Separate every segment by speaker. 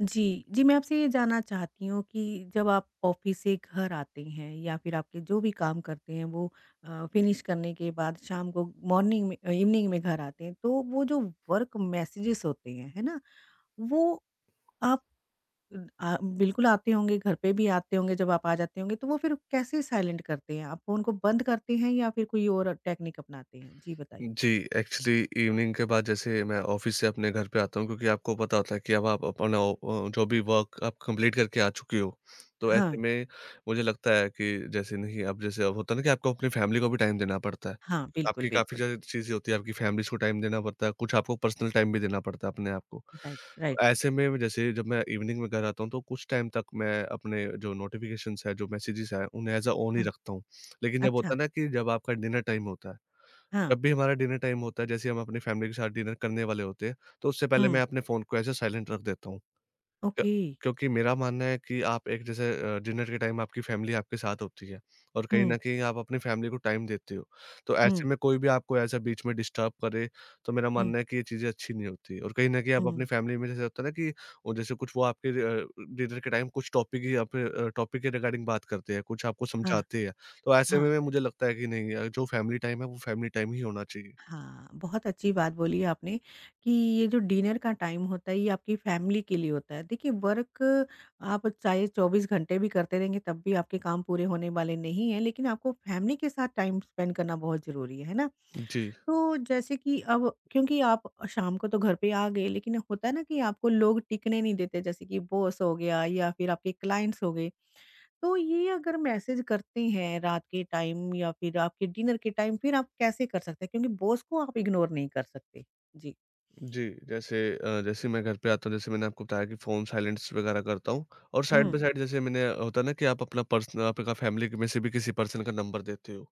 Speaker 1: जी, जी, मैं आपसे ये जानना चाहती हूँ कि जब आप ऑफ़िस से घर आते हैं या फिर आपके जो भी काम करते हैं वो फ़िनिश करने के बाद शाम को मॉर्निंग में इवनिंग में घर आते हैं, तो वो जो वर्क मैसेजेस होते हैं, है ना? वो आप उम, आ बिल्कुल आते होंगे, घर पे भी आते होंगे, जब आप आ जाते होंगे, तो वो फिर कैसे साइलेंट करते हैं? आप फ़ोन को बंद करते हैं या फिर कोई और टेक्निक अपनाते हैं? जी, बताइए।
Speaker 2: जी, एक्चुअली इवनिंग के बाद जैसे मैं ऑफ़िस से अपने घर पे आता हूँ, क्योंकि आपको पता होता है कि अब आप अपना जो भी वर्क आप कंप्लीट करके आ चुके हो। तो
Speaker 1: हाँ,
Speaker 2: ऐसे में मुझे लगता है कि जैसे नहीं, अब जैसे अब होता है ना कि आपको अपनी फ़ैमिली को भी टाइम देना पड़ता है।
Speaker 1: हाँ, बिल्कुल,
Speaker 2: आपकी काफ़ी
Speaker 1: बिल्कुल।
Speaker 2: ज़्यादा चीज़ें होती हैं, आपकी फ़ैमिलीज़ को टाइम देना पड़ता है, कुछ आपको पर्सनल टाइम भी देना पड़ता है अपने आप को।
Speaker 1: राइट,
Speaker 2: तो
Speaker 1: राइट।
Speaker 2: ऐसे में जैसे जब मैं इवनिंग में घर आता हूँ, तो कुछ टाइम तक मैं अपने जो नोटिफ़िकेशंस हैं, जो मैसेजेज़ हैं, उन्हें एज़ अ ऑन ही
Speaker 1: हाँ,
Speaker 2: रखता हूँ। लेकिन जब होता
Speaker 1: अच्छा।
Speaker 2: है ना कि जब आपका डिनर टाइम होता है,
Speaker 1: हाँ,
Speaker 2: जब भी हमारा डिनर टाइम होता है, जैसे हम अपनी फैमिली के साथ डिनर करने वाले होते हैं, तो उससे पहले
Speaker 1: हुँ,
Speaker 2: मैं अपने फ़ोन को ऐसे साइलेंट रख देता हूँ। क्य
Speaker 1: ओके।
Speaker 2: क्योंकि मेरा मानना है कि आप एक जैसे डिनर के टाइम आपकी फैमिली आपके साथ होती है और कहीं
Speaker 1: हुँ।
Speaker 2: न कहीं आप अपनी फैमिली को टाइम देते हो। तो
Speaker 1: हुँ,
Speaker 2: ऐसे में कोई भी आपको ऐसा बीच में डिस्टर्ब करे, तो मेरा
Speaker 1: हुँ,
Speaker 2: मानना है कि ये चीज़ें अच्छी नहीं होती, और कहीं न कहीं आप अपनी
Speaker 1: हुँ।
Speaker 2: फैमिली में जैसे होता है ना कि वो जैसे कुछ वो आपके डिनर के टाइम कुछ टॉपिक ही आप टॉपिक के रिगार्डिंग बात करते हैं, कुछ आपको
Speaker 1: हाँ,
Speaker 2: समझाते हैं। तो ऐसे
Speaker 1: हाँ,
Speaker 2: में मुझे लगता है कि नहीं, जो फैमिली टाइम है वो फैमिली टाइम ही होना चाहिए।
Speaker 1: हाँ। बहुत अच्छी बात बोली आपने कि ये जो डिनर का टाइम होता है, ये आपकी फैमिली के लिए होता है। देखिए वर्क आप चाहे 24 घंटे भी करते रहेंगे तब भी आपके काम पूरे होने वाले नहीं हैं, लेकिन आपको फैमिली के साथ टाइम स्पेंड करना बहुत ज़रूरी है ना?
Speaker 2: जी।
Speaker 1: तो जैसे कि अब क्योंकि आप शाम को तो घर पे आ गए, लेकिन होता है ना कि आपको लोग टिकने नहीं देते जैसे कि बॉस हो गया या फिर आपके क्लाइंट्स हो गए। तो ये अगर मैसेज करते हैं रात के टाइम या फिर आपके डिनर के टाइम फिर आप कैसे कर सकते हैं? क्योंकि बॉस को आप इग्नोर नहीं कर सकते। जी।
Speaker 2: जी, जैसे जैसे मैं घर पे आता हूँ, जैसे मैंने आपको बताया कि फ़ोन साइलेंस वगैरह करता हूँ और साइड
Speaker 1: हुँ।
Speaker 2: बाय साइड, जैसे मैंने होता है ना कि आप अपना पर्सन आपका फैमिली में से भी किसी पर्सन का नंबर देते हो।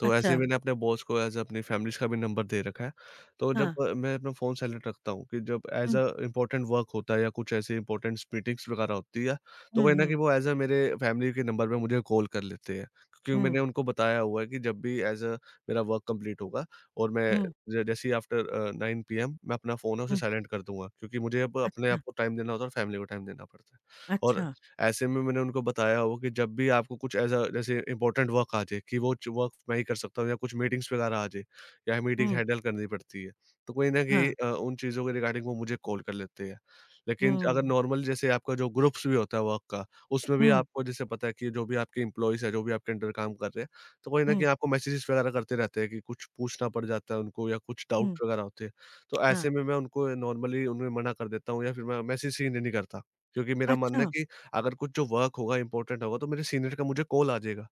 Speaker 2: तो ऐसे
Speaker 1: अच्छा।
Speaker 2: मैंने अपने बॉस को एज़ अपनी फैमिलीज़ का भी नंबर दे रखा है। तो जब
Speaker 1: हाँ।
Speaker 2: मैं अपना फ़ोन साइलेंट रखता हूँ कि जब as
Speaker 1: hmm,
Speaker 2: a important work होता है या कुछ ऐसे इम्पोर्टेंट मीटिंग्स वगैरह होती है, तो
Speaker 1: हुँ,
Speaker 2: कहीं न कहीं
Speaker 1: हुँ,
Speaker 2: वो एज़ अ मेरे फैमिली के नंबर पे मुझे कॉल कर लेते हैं। क्योंकि मैंने
Speaker 1: हुँ,
Speaker 2: उनको बताया हुआ है कि जब भी एज़ अ मेरा वर्क कंप्लीट होगा और मैं
Speaker 1: हुँ,
Speaker 2: ज जैसे ही आफ्टर 9 पीएम, मैं अपना फ़ोन है उसे
Speaker 1: हुँ।
Speaker 2: साइलेंट कर दूँगा। क्योंकि मुझे अब अपने
Speaker 1: अच्छा,
Speaker 2: आप को टाइम देना होता है और फैमिली को टाइम देना पड़ता है। और
Speaker 1: अच्छा।
Speaker 2: ऐसे में मैंने उनको बताया हो कि जब भी आपको कुछ ऐसा जैसे इम्पोर्टेंट वर्क आ जाए कि वो वर्क मैं ही कर सकता हूँ, या कुछ मीटिंग्स वगैरह आ जाए या मीटिंग
Speaker 1: हुँ,
Speaker 2: हैंडल करनी पड़ती है, तो कोई ना कहीं
Speaker 1: हाँ।
Speaker 2: उन चीज़ों के रिगार्डिंग वो मुझे कॉल कर लेते हैं। लेकिन अगर
Speaker 1: हुँ,
Speaker 2: नॉर्मल जैसे आपका जो ग्रुप्स भी होता है वर्क का, उसमें भी
Speaker 1: हुँ,
Speaker 2: आपको जैसे पता है कि जो भी आपके एम्प्लॉयज़ है, जो भी आपके अंडर काम कर रहे हैं, तो कोई ना
Speaker 1: हुँ,
Speaker 2: कहीं आपको मैसेजेस वगैरह करते रहते हैं कि कुछ पूछना पड़ जाता है उनको या कुछ
Speaker 1: हुँ।
Speaker 2: डाउट वगैरह होते हैं। तो
Speaker 1: हाँ।
Speaker 2: ऐसे में मैं उनको नॉर्मली उन्हें मना कर देता हूँ, या फिर मैं मैसेज ही नहीं करता। क्योंकि मेरा मानना है
Speaker 1: अच्छा,
Speaker 2: कि अगर कुछ जो वर्क होगा, इम्पोर्टेंट होगा, तो मेरे सीनियर का मुझे कॉल आ जाएगा।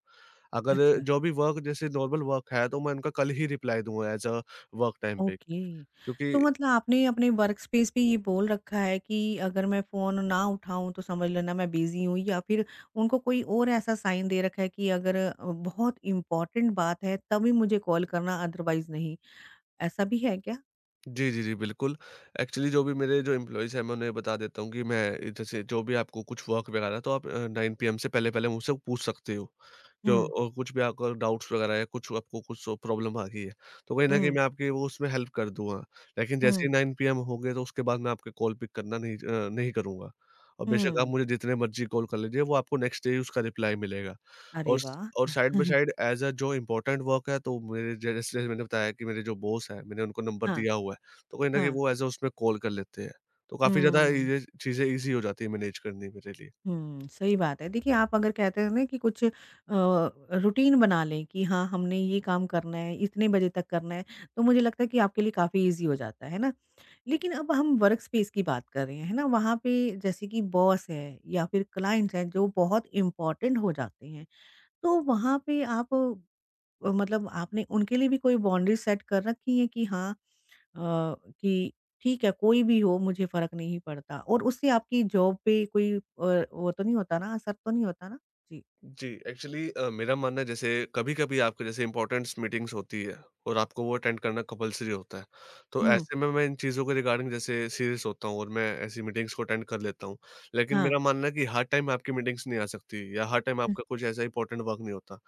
Speaker 2: अगर
Speaker 1: अच्छा।
Speaker 2: जो भी वर्क जैसे नॉर्मल वर्क है, तो मैं उनका कल ही रिप्लाई दूँगा एज़ अ वर्क टाइम पे।
Speaker 1: ओके।
Speaker 2: क्योंकि
Speaker 1: तो मतलब आपने अपने वर्क स्पेस पे ये बोल रखा है कि अगर मैं फ़ोन ना उठाऊँ तो समझ लेना मैं बिज़ी हूँ या फिर उनको कोई और ऐसा साइन दे रखा है कि अगर बहुत इम्पोर्टेंट बात है तभी मुझे कॉल करना अदरवाइज़ नहीं, ऐसा भी है क्या?
Speaker 2: जी, जी, जी, बिल्कुल। एक्चुअली जो भी मेरे जो एम्प्लॉइज़ हैं, मैं उन्हें बता देता हूँ कि मैं जैसे जो भी आपको कुछ वर्क वगैरह, तो आप 9 पीएम से पहले-पहले मुझसे पूछ सकते हो। जो
Speaker 1: हुँ,
Speaker 2: कुछ भी आपका डाउट्स वगैरह है, कुछ आपको कुछ प्रॉब्लम आ गई है, तो कहीं न कहीं
Speaker 1: हुँ,
Speaker 2: मैं आपकी वो उसमें हेल्प कर दूँगा। लेकिन जैसे
Speaker 1: हुँ,
Speaker 2: ही 9 पीएम हो गए, तो उसके बाद मैं आपके कॉल पिक करना नहीं करूँगा। और बेशक आप
Speaker 1: हुँ।
Speaker 2: मुझे जितने मर्ज़ी कॉल कर लीजिए, वो आपको नेक्स्ट डे ही उसका रिप्लाई मिलेगा।
Speaker 1: अरे
Speaker 2: और स
Speaker 1: वाह!
Speaker 2: और side by side as a जो इम्पोर्टेंट वर्क है, तो मेरे ज जैसे मैंने बताया कि मेरे जो बॉस हैं, मैंने उनको नंबर
Speaker 1: हाँ,
Speaker 2: दिया हुआ है, तो कहीं न कहीं
Speaker 1: हाँ,
Speaker 2: वो एज़ अ उसमें कॉल कर लेते हैं। तो काफ़ी ज़्यादा
Speaker 1: हुँ।
Speaker 2: ये चीज़ें ईज़ी हो जाती है मैनेज करनी मेरे लिए।
Speaker 1: हुँ, सही बात है। देखिए, आप अगर कहते हैं ना कि कुछ रूटीन बना लें कि हाँ, हमने ये काम करना है, इतने बजे तक करना है, तो मुझे लगता है कि आपके लिए काफ़ी ईज़ी हो जाता है ना? लेकिन अब हम वर्क स्पेस की बात कर रहे हैं, है ना? वहाँ पे जैसे कि बॉस है या फिर क्लाइंट्स हैं जो बहुत इम्पोर्टेंट हो जाते हैं, तो वहाँ पे आप मतलब आपने उनके लिए भी कोई बाउंड्रीज़ सेट कर रखी हैं कि हाँ अ, कि ठीक है कोई भी हो मुझे फ़र्क नहीं पड़ता और उससे आपकी जॉब पे कोई वो तो नहीं होता ना असर तो नहीं होता ना? जी।
Speaker 2: जी, एक्चुअली मेरा मानना है, जैसे कभी-कभी आपके जैसे इम्पोर्टेंट्स मीटिंग्स होती है और आपको वो अटेंड करना कंपल्सरी होता है। तो
Speaker 1: हुँ,
Speaker 2: ऐसे में मैं इन चीज़ों के रिगार्डिंग जैसे सीरियस होता हूँ और मैं ऐसी मीटिंग्स को अटेंड कर लेता हूँ। लेकिन
Speaker 1: हाँ।
Speaker 2: मेरा मानना है कि हर टाइम आपकी मीटिंग्स नहीं आ सकती या हर टाइम
Speaker 1: हुँ,
Speaker 2: आपका कुछ ऐसा इम्पोर्टेंट वर्क नहीं होता।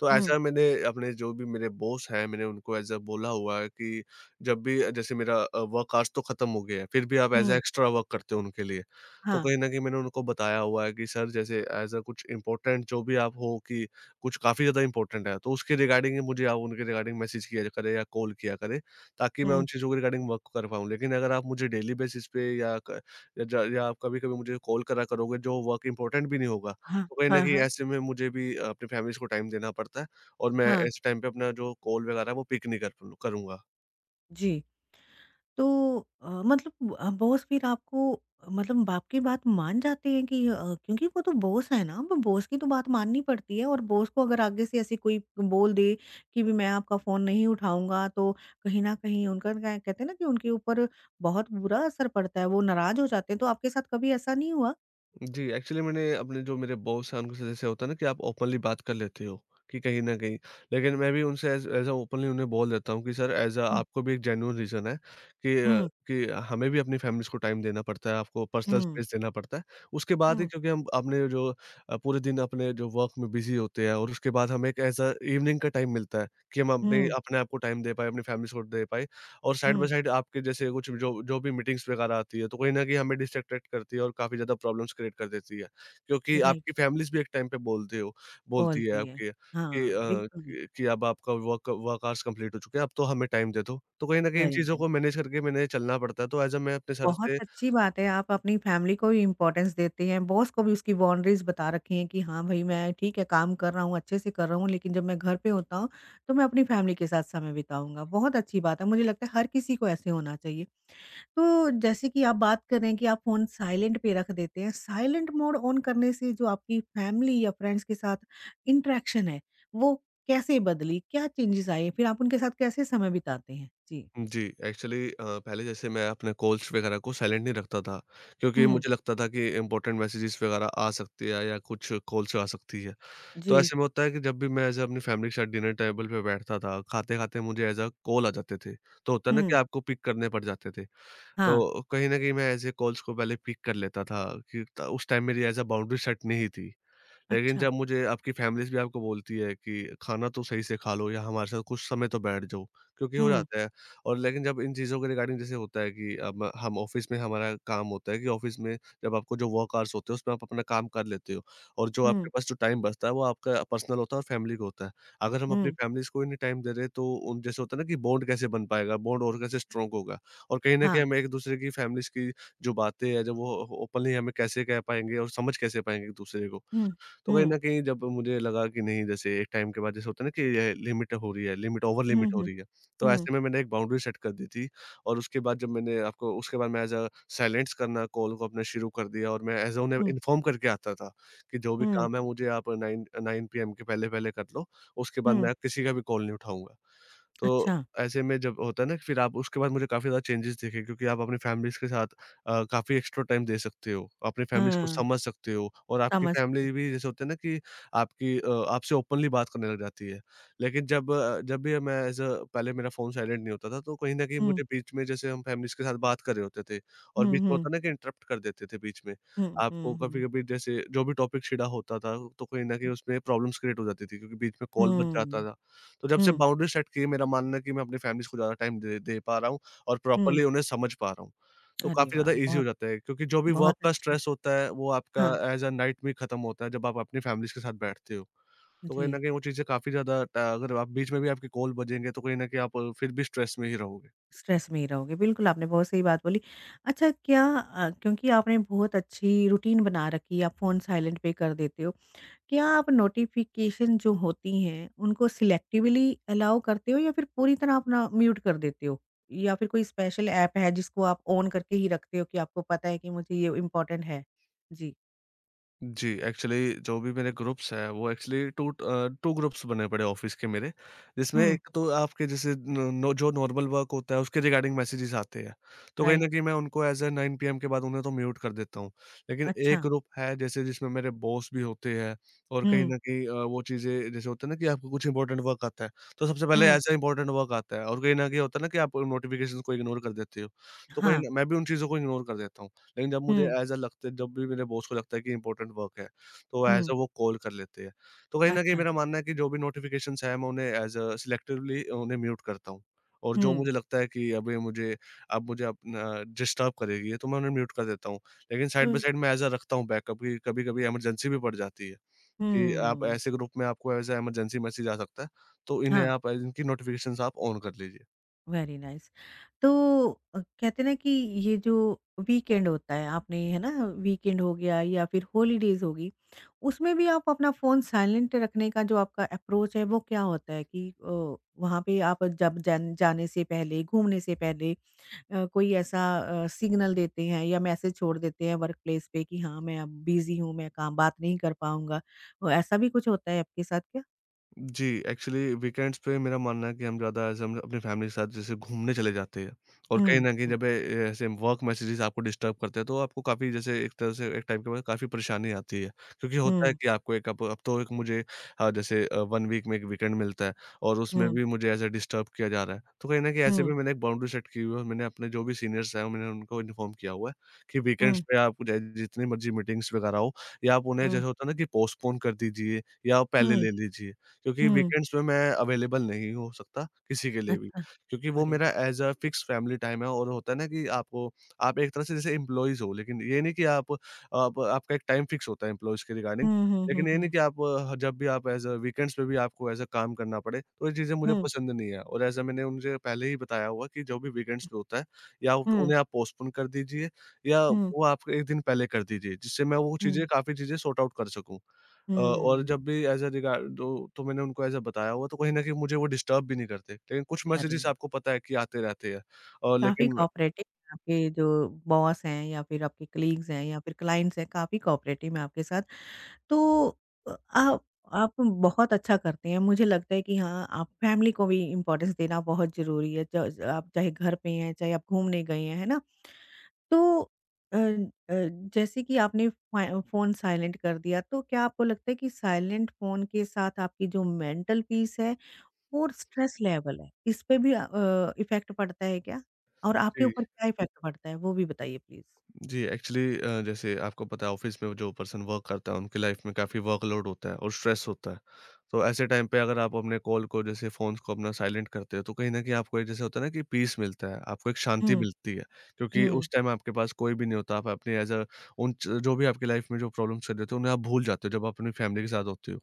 Speaker 2: तो
Speaker 1: हुँ,
Speaker 2: ऐसा मैंने अपने जो भी मेरे बॉस हैं, मैंने उनको ऐज़ अ बोला हुआ है कि जब भी जैसे मेरा वर्क आज तो खत्म हो गया है, फिर भी आप as a
Speaker 1: hmm,
Speaker 2: extra work करते हो उनके लिए। तो
Speaker 1: हाँ,
Speaker 2: कहीं न कहीं मैंने उनको बताया हुआ है कि सर जैसे ऐज़ अ कुछ इम्पोर्टेंट जो भी आप हो कि कुछ काफ़ी ज़्यादा इम्पोर्टेंट है, तो उसके रिगार्डिंग ही मुझे आप उनके रिगार्डिंग मैसेज किया करें या कॉल किया करें, ताकि मैं
Speaker 1: हुँ,
Speaker 2: उन चीज़ों के रिगार्डिंग वर्क कर पाऊँ। लेकिन अगर आप मुझे डेली बेसिस पे या क या ज या आप कभी-कभी मुझे कॉल करा करोगे, जो वर्क इम्पोर्टेंट भी नहीं होगा,
Speaker 1: हाँ,
Speaker 2: तो कहीं न
Speaker 1: हाँ,
Speaker 2: कहीं
Speaker 1: हाँ,
Speaker 2: ऐसे में मुझे भी अपनी फैमिलीज़ को टाइम देना पड़ता है, और मैं
Speaker 1: हाँ,
Speaker 2: ऐसे टाइम पे अपना जो कॉल वगैरह है वो पिक नहीं कर प करूँगा।
Speaker 1: जी। तो मतलब बॉस फिर आपको मतलब आपकी बात मान जाते हैं कि क्योंकि वो तो बॉस है ना, अब बॉस की तो बात माननी पड़ती है और बॉस को अगर आगे से ऐसे कोई बोल दे कि भी मैं आपका फ़ोन नहीं उठाऊँगा, तो कहीं न कहीं उनका क्या कहते हैं ना कि उनके ऊपर बहुत बुरा असर पड़ता है, वो नाराज़ हो जाते हैं, तो आपके साथ कभी ऐसा नहीं हुआ?
Speaker 2: जी, एक्चुअली मैंने अपने जो मेरे बॉस हैं, उनको से जैसे होता है ना कि आप ओपनली बात कर लेते हो कि कहीं न कहीं, लेकिन मैं भी उनसे एज़ एज़ अ ओपनली उन्हें बोल देता हूँ कि सर, एज़ अ
Speaker 1: हुँ।
Speaker 2: आपको भी एक जेन्युइन रीज़न है कि अ,
Speaker 1: हुँ,
Speaker 2: कि हमें भी अपनी फ़ैमिलीज़ को टाइम देना पड़ता है, आपको पर्सनल
Speaker 1: हुँ,
Speaker 2: स्पेस देना पड़ता है। उसके बाद ही,
Speaker 1: हुँ,
Speaker 2: क्योंकि हम अपने पूरे दिन अपने जो वर्क में बिज़ी होते हैं और उसके बाद हमें एक एज़ अ इवनिंग का टाइम मिलता है, कि हम अपने
Speaker 1: हुँ,
Speaker 2: अपने आप को टाइम दे पाएँ, अपनी फ़ैमिलीज़ को दे पाएँ, और साइड
Speaker 1: हुँ,
Speaker 2: बाय साइड आपके जैसे कुछ जो जो भी मीटिंग्स वगैरह आती है, तो कहीं न कहीं हमें डिस्ट्रैक्ट करती है और काफ़ी ज़्यादा प्रॉब्लम्स क्रिएट कर देती है। क्योंकि
Speaker 1: राइट
Speaker 2: आपकी फैमिलीज़ भी एक टाइम पे बोलते हो बोलती है
Speaker 1: बोलती है।
Speaker 2: आपके कि
Speaker 1: हाँ, बिल्कुल, बिल्कुल,
Speaker 2: अब आपका वर्क वर्क आवर्स कंप्लीट हो चुके हैं, अब तो हमें टाइम दे दो। तो कहीं न कहीं इन
Speaker 1: वेरी
Speaker 2: चीज़ों को
Speaker 1: नाइस।
Speaker 2: मैनेज करके मैंने चलना पड़ता है, तो ऐज़ अ मैं अपने सर
Speaker 1: बहुत
Speaker 2: से।
Speaker 1: अच्छी बात है, आप अपनी फैमिली को भी इम्पोर्टेंस देते हैं, बॉस को भी उसकी बाउंड्रीज़ बता रखी हैं कि हाँ भई, मैं ठीक है काम कर रहा हूँ, अच्छे से कर रहा हूँ, लेकिन जब मैं घर पे होता हूँ, तो मैं अपनी फैमिली के साथ समय बिताऊँगा। बहुत अच्छी बात है, मुझे लगता है हर किसी को ऐसे होना चाहिए। तो जैसे कि आप बात कर रहे हैं कि आप फ़ोन साइलेंट पे रख देते हैं, साइलेंट मोड ऑन करने से जो आपकी फैमिली या फ्रेंड्स के साथ इंटरैक्शन है, वो कैसे बदली? क्या चेंजेज़ आए? फिर आप उनके साथ कैसे समय बिताते हैं? जी।
Speaker 2: जी, एक्चुअली पहले जैसे मैं अपने कॉल्स वगैरह को साइलेंट नहीं रखता था, क्योंकि
Speaker 1: हुँ,
Speaker 2: मुझे लगता था कि इम्पोर्टेंट मैसेजेस वगैरह आ सकती है या कुछ कॉल्स आ सकती है। तो
Speaker 1: जी,
Speaker 2: ऐसे में होता है कि जब भी मैं ऐसे अपनी फैमिली के साथ डिनर टेबल पे बैठता था, खाते-खाते मुझे ऐज़ अ कॉल आ जाते थे। तो होता है ना कि
Speaker 1: हुँ,
Speaker 2: आपको पिक करने पड़ जाते थे।
Speaker 1: हाँ,
Speaker 2: तो कहीं न कहीं मैं ऐसे कॉल्स को पहले पिक कर लेता था, कि त उस टाइम मेरी ऐज़ अ बाउंड्री सेट नहीं थी। लेकिन
Speaker 1: अच्छा।
Speaker 2: जब मुझे आपकी फैमिलीज़ भी आपको बोलती है कि खाना तो सही से खा लो या हमारे साथ कुछ समय तो बैठ जाओ, क्योंकि हो
Speaker 1: हुँ,
Speaker 2: जाता है। और लेकिन जब इन चीज़ों के रिगार्डिंग जैसे होता है कि अब हम ऑफ़िस में हमारा काम होता है कि ऑफ़िस में जब आपको जो वर्क आवर्स होते हैं, उसमें आप अपना काम कर लेते हो, और जो
Speaker 1: हुँ,
Speaker 2: आपके पास जो टाइम बचता है, वो आपका पर्सनल होता है और फैमिली का होता है। अगर हम अपनी
Speaker 1: हुँ,
Speaker 2: फैमिलीज़ को ही नहीं टाइम दे रहे, तो उन जैसे होता है ना कि बॉन्ड कैसे बन पाएगा, बॉन्ड और कैसे स्ट्रॉन्ग होगा, और कहीं न कहीं
Speaker 1: हाँ,
Speaker 2: हम एक-दूसरे की फैमिलीज़ की जो बातें हैं, जब वो ओपनली हमें कैसे कह पाएँगे और समझ कैसे पाएँगे एक-दूसरे को।
Speaker 1: हुँ,
Speaker 2: तो कहीं
Speaker 1: हुँ,
Speaker 2: न कहीं जब मुझे लगा कि नहीं, जैसे एक टाइम के बाद जैसे होता है ना कि ये लिमिट हो रही है, लिमिट ओवर
Speaker 1: हुँ,
Speaker 2: लिमिट हो
Speaker 1: हुँ,
Speaker 2: रही है। तो
Speaker 1: हुँ,
Speaker 2: ऐसे में मैंने एक बाउंड्री सेट कर दी थी, और उसके बाद जब मैंने आपको, उसके बाद मैं एज़ अ साइलेंस करना कॉल को अपना शुरू कर दिया और मैं एज़ अ उन्हें
Speaker 1: हुँ,
Speaker 2: इन्फॉर्म करके आता था कि जो भी
Speaker 1: हुँ,
Speaker 2: काम है मुझे आप 9 पीएम के पहले-पहले कर लो, उसके बाद
Speaker 1: हुँ,
Speaker 2: मैं किसी का भी कॉल नहीं उठाऊँगा।
Speaker 1: अच्छा,
Speaker 2: तो ऐसे में जब होता है ना, फिर आप उसके बाद मुझे काफ़ी ज़्यादा चेंजेस दिखे, क्योंकि आप अपनी फैमिलीज़ के साथ काफ़ी एक्स्ट्रा टाइम दे सकते हो, अपनी फैमिलीज़ को
Speaker 1: हाँ,
Speaker 2: समझ सकते हो और आपकी
Speaker 1: समझ सकते
Speaker 2: फैमिली भी जैसे होता है ना कि आपकी आपसे ओपनली बात करने लग जाती है। लेकिन जब भी मैं एज़ अ पहले मेरा फ़ोन साइलेंट नहीं होता था, तो कहीं न कहीं
Speaker 1: हुँ,
Speaker 2: मुझे बीच में, जैसे हम फैमिलीज़ के साथ बात कर रहे होते थे और
Speaker 1: हुँ,
Speaker 2: बीच में
Speaker 1: हुँ,
Speaker 2: होता है ना कि इंटरप्ट कर देते थे बीच में।
Speaker 1: हुँ,
Speaker 2: आपको
Speaker 1: हुँ, हुँ,
Speaker 2: कभी-कभी जैसे जो भी टॉपिक छिड़ा होता था, तो कहीं न कहीं उसमें प्रॉब्लम्स क्रिएट हो जाती थी, क्योंकि बीच में कॉल बज जाता
Speaker 1: हुँ,
Speaker 2: था। तो जब से
Speaker 1: हुँ,
Speaker 2: बाउंड्री सेट की है, मेरा मानना है कि मैं अपनी फैमिलीज़ को ज़्यादा टाइम दे दे पा रहा हूँ और
Speaker 1: हुँ,
Speaker 2: प्रॉपरली उन्हें समझ पा रहा हूँ। तो
Speaker 1: अरे
Speaker 2: काफ़ी
Speaker 1: वाह!
Speaker 2: ज़्यादा ईज़ी हो
Speaker 1: बहुत
Speaker 2: जाता है, क्योंकि जो भी वर्क
Speaker 1: बहुत
Speaker 2: का
Speaker 1: अच्छी
Speaker 2: स्ट्रेस होता है, वो आपका
Speaker 1: हाँ
Speaker 2: एज़ अ नाइट में खत्म होता है, जब आप अपनी फैमिलीज़ के साथ बैठते हो। तो कहीं न
Speaker 1: जी,
Speaker 2: कहीं वो चीज़ें काफ़ी ज़्यादा ट अगर आप बीच में भी आपकी कॉल बजेंगे, तो कहीं न कहीं आप फिर भी स्ट्रेस में ही रहोगे।
Speaker 1: स्ट्रेस में ही रहोगे, बिल्कुल आपने बहुत सही बात बोली। अच्छा क्या क्योंकि आपने बहुत अच्छी रूटीन बना रखी है, आप फ़ोन साइलेंट पे कर देते हो क्या आप नोटिफ़िकेशन जो होती हैं, उनको सिलेक्टिवली अलाउ करते हो या फिर पूरी तरह अपना म्यूट कर देते हो? या फिर कोई स्पेशल ऐप है जिसको आप ऑन करके ही रखते हो कि आपको पता है कि मुझे ये इम्पोर्टेंट है? जी।
Speaker 2: जी, एक्चुअली जो भी मेरे ग्रुप्स हैं, वो एक्चुअली 2 ग्रुप्स बने पड़े हैं ऑफ़िस के मेरे, जिसमें
Speaker 1: हुँ,
Speaker 2: एक तो आपके जैसे न नो, जो नॉर्मल वर्क होता है उसके रिगार्डिंग मैसेजेस आते हैं। तो कहीं
Speaker 1: राइट।
Speaker 2: न कहीं मैं उनको एज़ अ 9 पीएम के बाद उन्हें तो म्यूट कर देता हूँ। लेकिन एक
Speaker 1: अच्छा।
Speaker 2: ग्रुप है जैसे, जिसमें मेरे बॉस भी होते हैं, और कहीं
Speaker 1: हुँ,
Speaker 2: न कहीं वो चीज़ें, जैसे होता है ना कि आपको कुछ इम्पोर्टेंट वर्क आता है, तो सबसे पहले
Speaker 1: हुँ।
Speaker 2: एज़ अ इम्पोर्टेंट वर्क आता है और कहीं न कहीं होता है ना कि आप नोटिफ़िकेशंस को इग्नोर कर देते हो। तो कहीं
Speaker 1: हाँ।
Speaker 2: न मैं भी उन चीज़ों को इग्नोर कर देता हूँ। लेकिन जब मुझे
Speaker 1: हुँ,
Speaker 2: ऐज़ अ लगता है, जब भी मेरे बॉस को लगता है कि इम्पोर्टेंट वर्क है, तो ऐज़
Speaker 1: हुँ।
Speaker 2: अ वो कॉल कर लेते हैं। तो कहीं न कहीं
Speaker 1: अच्छा।
Speaker 2: मेरा मानना है कि जो भी नोटिफ़िकेशंस हैं, मैं उन्हें ऐज़ अ सिलेक्टिवली उन्हें म्यूट करता हूँ। और जो
Speaker 1: हुँ,
Speaker 2: मुझे लगता है कि अभी मुझे अब मुझे अपना डिस्टर्ब करेगी ये, तो मैं उन्हें म्यूट कर देता हूँ। लेकिन साइड बाय
Speaker 1: हुँ,
Speaker 2: साइड मैं ऐज़ अ रखता हूँ बैकअप, कि कभी-कभी इमरजेंसी भी पड़ जाती है, कि आप
Speaker 1: हुँ।
Speaker 2: ऐसे ग्रुप में आपको ऐज़ अ इमरजेंसी मैसेज आ सकता है, तो इन्हें
Speaker 1: हाँ।
Speaker 2: आप, इनकी नोटिफ़िकेशंस आप ऑन कर लीजिए।
Speaker 1: Very nice. तो कहते हैं ना कि ये जो वीकेंड होता है आपने है ना वीकेंड हो गया या फिर हॉलीडेज होगी, उसमें भी आप अपना फ़ोन साइलेंट रखने का जो आपका अप्रोच है वो क्या होता है कि वहाँ पे आप जब जन जाने से पहले, घूमने से पहले कोई ऐसा सिग्नल देते हैं या मैसेज छोड़ देते हैं वर्क प्लेस पे कि हाँ, मैं अब बिज़ी हूँ, मैं काम बात नहीं कर पाऊँगा। ऐसा भी कुछ होता है आपके साथ क्या?
Speaker 2: जी, एक्चुअली वीकेंड्स पे मेरा मानना है कि हम ज़्यादा ऐसे हम अपनी फैमिली के साथ जैसे घूमने चले जाते हैं और कहीं
Speaker 1: हुँ,
Speaker 2: न कहीं
Speaker 1: हुँ,
Speaker 2: जब ए ऐसे वर्क मैसेजेज़ आपको डिस्टर्ब करते हैं, तो आपको काफ़ी, जैसे एक तरह से एक टाइम के बाद काफ़ी परेशानी आती है। क्योंकि होता है
Speaker 1: हुँ,
Speaker 2: कि आपको एक अब तो एक मुझे जैसे 1 वीक में 1 वीकेंड मिलता है और उसमें
Speaker 1: हुँ,
Speaker 2: भी मुझे ऐसे डिस्टर्ब किया जा रहा है। तो कहीं न कहीं ऐसे
Speaker 1: हुँ,
Speaker 2: में मैंने एक बाउंड्री सेट की हुई है और मैंने अपने जो भी सीनियर्स हैं, मैंने उनको इन्फॉर्म किया हुआ है कि वीकेंड्स
Speaker 1: हुँ,
Speaker 2: पे आप चाहे जितनी मर्ज़ी मीटिंग्स वगैरह हो, या आप उन्हें
Speaker 1: हुँ,
Speaker 2: जैसे होता है ना कि पोस्टपोन कर दीजिए या आप पहले
Speaker 1: हुँ,
Speaker 2: ले लीजिए। क्योंकि
Speaker 1: हुँ।
Speaker 2: वीकेंड्स में मैं अवेलेबल नहीं हो सकता किसी के लिए भी,
Speaker 1: अच्छा,
Speaker 2: क्योंकि वो
Speaker 1: अरे
Speaker 2: मेरा
Speaker 1: वाह!
Speaker 2: As a fix family time है और होता है ना कि आपको आप एक तरह से जैसे एम्प्लॉइज़ हो, लेकिन ये नहीं कि आप आपका एक टाइम फिक्स होता है एम्प्लॉइज़ के रिगार्डिंग।
Speaker 1: हुँ, हुँ, हुँ,
Speaker 2: लेकिन ये नहीं
Speaker 1: हुँ।
Speaker 2: कि आप, ह जब भी आप एज़ अ वीकेंड्स पे भी आपको एज़ अ काम करना पड़े, तो ये चीज़ें मुझे
Speaker 1: हुँ,
Speaker 2: पसंद नहीं है, और ऐसा मैंने उनसे पहले ही बताया हुआ कि जो भी वीकेंड्स पे होता है, या
Speaker 1: हुँ,
Speaker 2: उन्हें आप पोस्टपोन कर दीजिए, या
Speaker 1: हुँ,
Speaker 2: वो आप 1 दिन पहले कर दीजिए, जिससे मैं वो चीज़ें,
Speaker 1: हुँ,
Speaker 2: काफ़ी चीज़ें सॉर्ट आउट कर सकूँ। और
Speaker 1: हुँ।
Speaker 2: जब भी एज़ अ रिगार्ड तो मैंने उनको एज़ अ बताया हुआ, तो कहीं न कहीं मुझे वो डिस्टर्ब भी नहीं करते। लेकिन कुछ
Speaker 1: अरे
Speaker 2: मैसेजेज़
Speaker 1: वाह!
Speaker 2: आपको पता है कि आते रहते हैं, और
Speaker 1: काफ़ी
Speaker 2: लेकिन।
Speaker 1: कोऑपरेटिव आपके जो बॉस हैं या फिर आपके कलीग्स हैं या फिर क्लाइंट्स हैं, काफ़ी कोऑपरेटिव हैं आपके साथ। तो अ, आप आप बहुत अच्छा करते हैं। मुझे लगता है कि हाँ, आप फैमिली को भी इम्पोर्टेंस देना बहुत ज़रूरी है। च आप चाहे घर पे हैं, चाहे आप घूमने गए हैं, है ना? तो अ अ, जैसे कि आपने फ़ा फ़ोन साइलेंट कर दिया, तो क्या आपको लगता है कि साइलेंट फ़ोन के साथ आपकी जो मेंटल पीस है और स्ट्रेस लेवल है, इस पे भी इफ़ेक्ट पड़ता है क्या? और आपके
Speaker 2: जी,
Speaker 1: ऊपर क्या इफ़ेक्ट पड़ता है, वो भी बताइए प्लीज़?
Speaker 2: जी, एक्चुअली जैसे आपको पता है, ऑफ़िस में जो पर्सन वर्क करता है उनकी लाइफ़ में काफ़ी वर्कलोड होता है और स्ट्रेस होता है। तो ऐसे टाइम पे, अगर आप अपने कॉल को, जैसे फ़ोन्स को अपना साइलेंट करते हो, तो कहीं न कहीं आपको एक, जैसे होता है ना कि पीस मिलता है, आपको एक शांति
Speaker 1: हुँ,
Speaker 2: मिलती है। क्योंकि
Speaker 1: हुँ,
Speaker 2: उस टाइम आपके पास कोई भी नहीं होता, आप अपने एज़ अ उन च जो भी आपकी लाइफ़ में जो प्रॉब्लम्स चल रहे होते हैं उन्हें आप भूल जाते हो, जब आप अपनी फैमिली के साथ होते हो।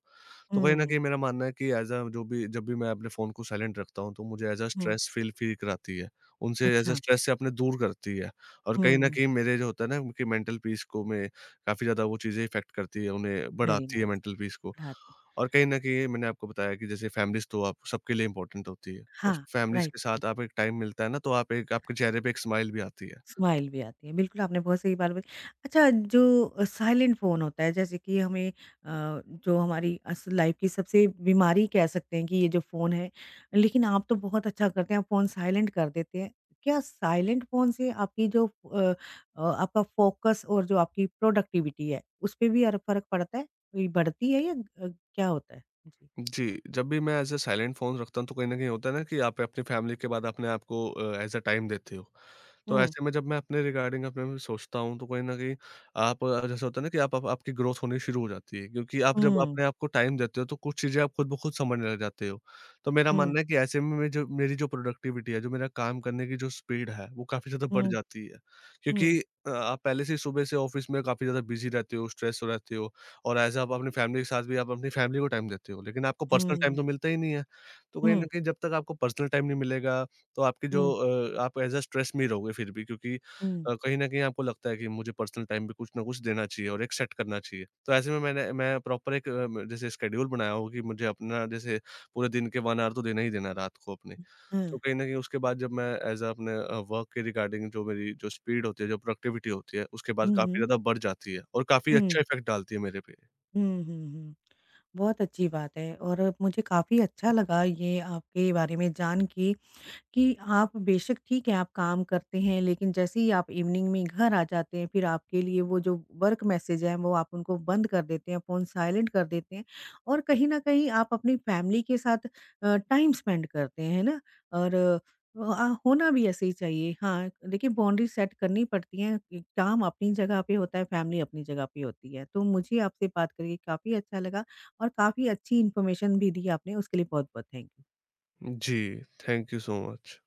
Speaker 2: तो कहीं न
Speaker 1: हुँ,
Speaker 2: कहीं मेरा मानना है कि ऐज़ अ जो भी जब भी मैं अपने फ़ोन को साइलेंट रखता हूँ, तो मुझे ऐज़ अ
Speaker 1: हुँ।
Speaker 2: स्ट्रेस फ़ील फ़ील कराती है। उनसे ऐज़ अ
Speaker 1: अच्छा,
Speaker 2: स्ट्रेस से अपने दूर करती है, और कहीं न
Speaker 1: हुँ,
Speaker 2: कहीं मेरे जो होता है ना कि मेंटल पीस को, मैं काफ़ी ज़्यादा, वो चीज़ें इफ़ेक्ट करती है, उन्हें
Speaker 1: वेरी
Speaker 2: बढ़ाती है
Speaker 1: नाइस।
Speaker 2: मेंटल पीस को।
Speaker 1: पढ़ाते
Speaker 2: और कहीं न कहीं मैंने आपको बताया कि जैसे फैमिलीज़ तो आप सबके लिए इम्पोर्टेंट होती है, और
Speaker 1: हाँ,
Speaker 2: फैमिलीज़ के
Speaker 1: राइट।
Speaker 2: साथ आप एक टाइम मिलता है ना, तो आप एक, आपके चेहरे पे एक स्माइल भी आती है।
Speaker 1: स्माइल भी आती है, बिल्कुल आपने बहुत सही बात बोली। अच्छा जो साइलेंट फ़ोन होता है जैसे कि हमें जो हमारी अस लाइफ़ की सबसे बीमारी कह सकते हैं कि ये जो फ़ोन है, लेकिन आप तो बहुत अच्छा करते हैं, आप फ़ोन साइलेंट कर देते हैं। क्या साइलेंट फ़ोन से आपकी जो आपका फ़ोकस और जो आपकी प्रोडक्टिविटी है, उसपे भी अर फ़र्क पड़ता है? ये बढ़ती है या क्या होता है? जी।
Speaker 2: जी, जब भी मैं एज़ अ साइलेंट फ़ोन रखता हूँ, तो कहीं न कहीं होता है ना कि आप अपनी फ़ैमिली के बाद अपने आप को एज़ अ टाइम देते हो। तो
Speaker 1: हुँ,
Speaker 2: ऐसे में जब मैं अपने रिगार्डिंग अपने में सोचता हूँ, तो कहीं न कहीं आप, जैसा होता है ना कि आप आपकी ग्रोथ होनी शुरू हो जाती है, क्योंकि आप जब
Speaker 1: हुँ,
Speaker 2: अपने आप को टाइम देते हो, तो कुछ चीज़ें आप खुद ब खुद समझने लग जाते हो। तो मेरा
Speaker 1: हुँ,
Speaker 2: मानना है कि ऐसे में मैं, जो मेरी जो प्रोडक्टिविटी है, जो मेरा काम करने की जो स्पीड है, वो काफ़ी ज़्यादा बढ़
Speaker 1: हुँ,
Speaker 2: जाती है। क्योंकि
Speaker 1: हुँ,
Speaker 2: आप पहले से ही सुबह से ऑफ़िस में काफ़ी ज़्यादा बिज़ी रहते हो, स्ट्रेस रहते हो। और एज़ आप अपनी फैमिली के साथ भी, आप अपनी फैमिली को टाइम देते हो, लेकिन आपको पर्सनल टाइम
Speaker 1: हुँ,
Speaker 2: तो मिलता ही नहीं है। तो
Speaker 1: हुँ,
Speaker 2: कहीं न
Speaker 1: हुँ,
Speaker 2: कहीं जब तक आपको पर्सनल टाइम नहीं मिलेगा, तो आपकी जो
Speaker 1: हुँ,
Speaker 2: आप एज़ अ स्ट्रेस में ही रहोगे फिर भी, क्योंकि
Speaker 1: हुँ,
Speaker 2: कहीं न कहीं आपको लगता है कि मुझे पर्सनल टाइम भी कुछ न कुछ देना चाहिए, और एक सेट करना चाहिए। तो ऐसे में मैं प्रॉपर एक म जैसे शेड्यूल बनाया हो, कि मुझे अपना जैसे पूरे दिन के 1 ऑवर तो देना ही देना है रात को अपने। तो कहीं न कहीं उसके बाद जब मैं एज़ अ अपने वर्क के रिगार्डिंग, जो मेरी जो स्पीड होती है, जो प्रोडक्टिविटी होती है, उसके बाद
Speaker 1: हुँ,
Speaker 2: काफ़ी
Speaker 1: हुँ,
Speaker 2: ज़्यादा बढ़ जाती है और काफ़ी
Speaker 1: हुँ।
Speaker 2: अच्छा इफ़ेक्ट डालती है मेरे पे।
Speaker 1: हुँ, हुँ, हुँ। बहुत अच्छी बात है और मुझे काफ़ी अच्छा लगा ये आपके बारे में जान के कि आप बेशक ठीक है, आप काम करते हैं, लेकिन जैसे ही आप इवनिंग में घर आ जाते हैं, फिर आपके लिए वो जो वर्क मैसेज हैं, वो आप उनको बंद कर देते हैं, फ़ोन साइलेंट कर देते हैं और कहीं न कहीं आप अपनी फैमिली के साथ टाइम स्पेंड करते हैं, है ना? और अ, आ होना भी ऐसे ही चाहिए। हाँ, देखिए बाउंड्री सेट करनी पड़ती हैं, कि काम अपनी जगह पे होता है, फैमिली अपनी जगह पे होती है। तो मुझे आपसे बात करके काफ़ी अच्छा लगा और काफ़ी अच्छी इन्फॉर्मेशन भी दी आपने, उसके लिए बहुत-बहुत थैंक यू।
Speaker 2: जी, थैंक यू सो मच।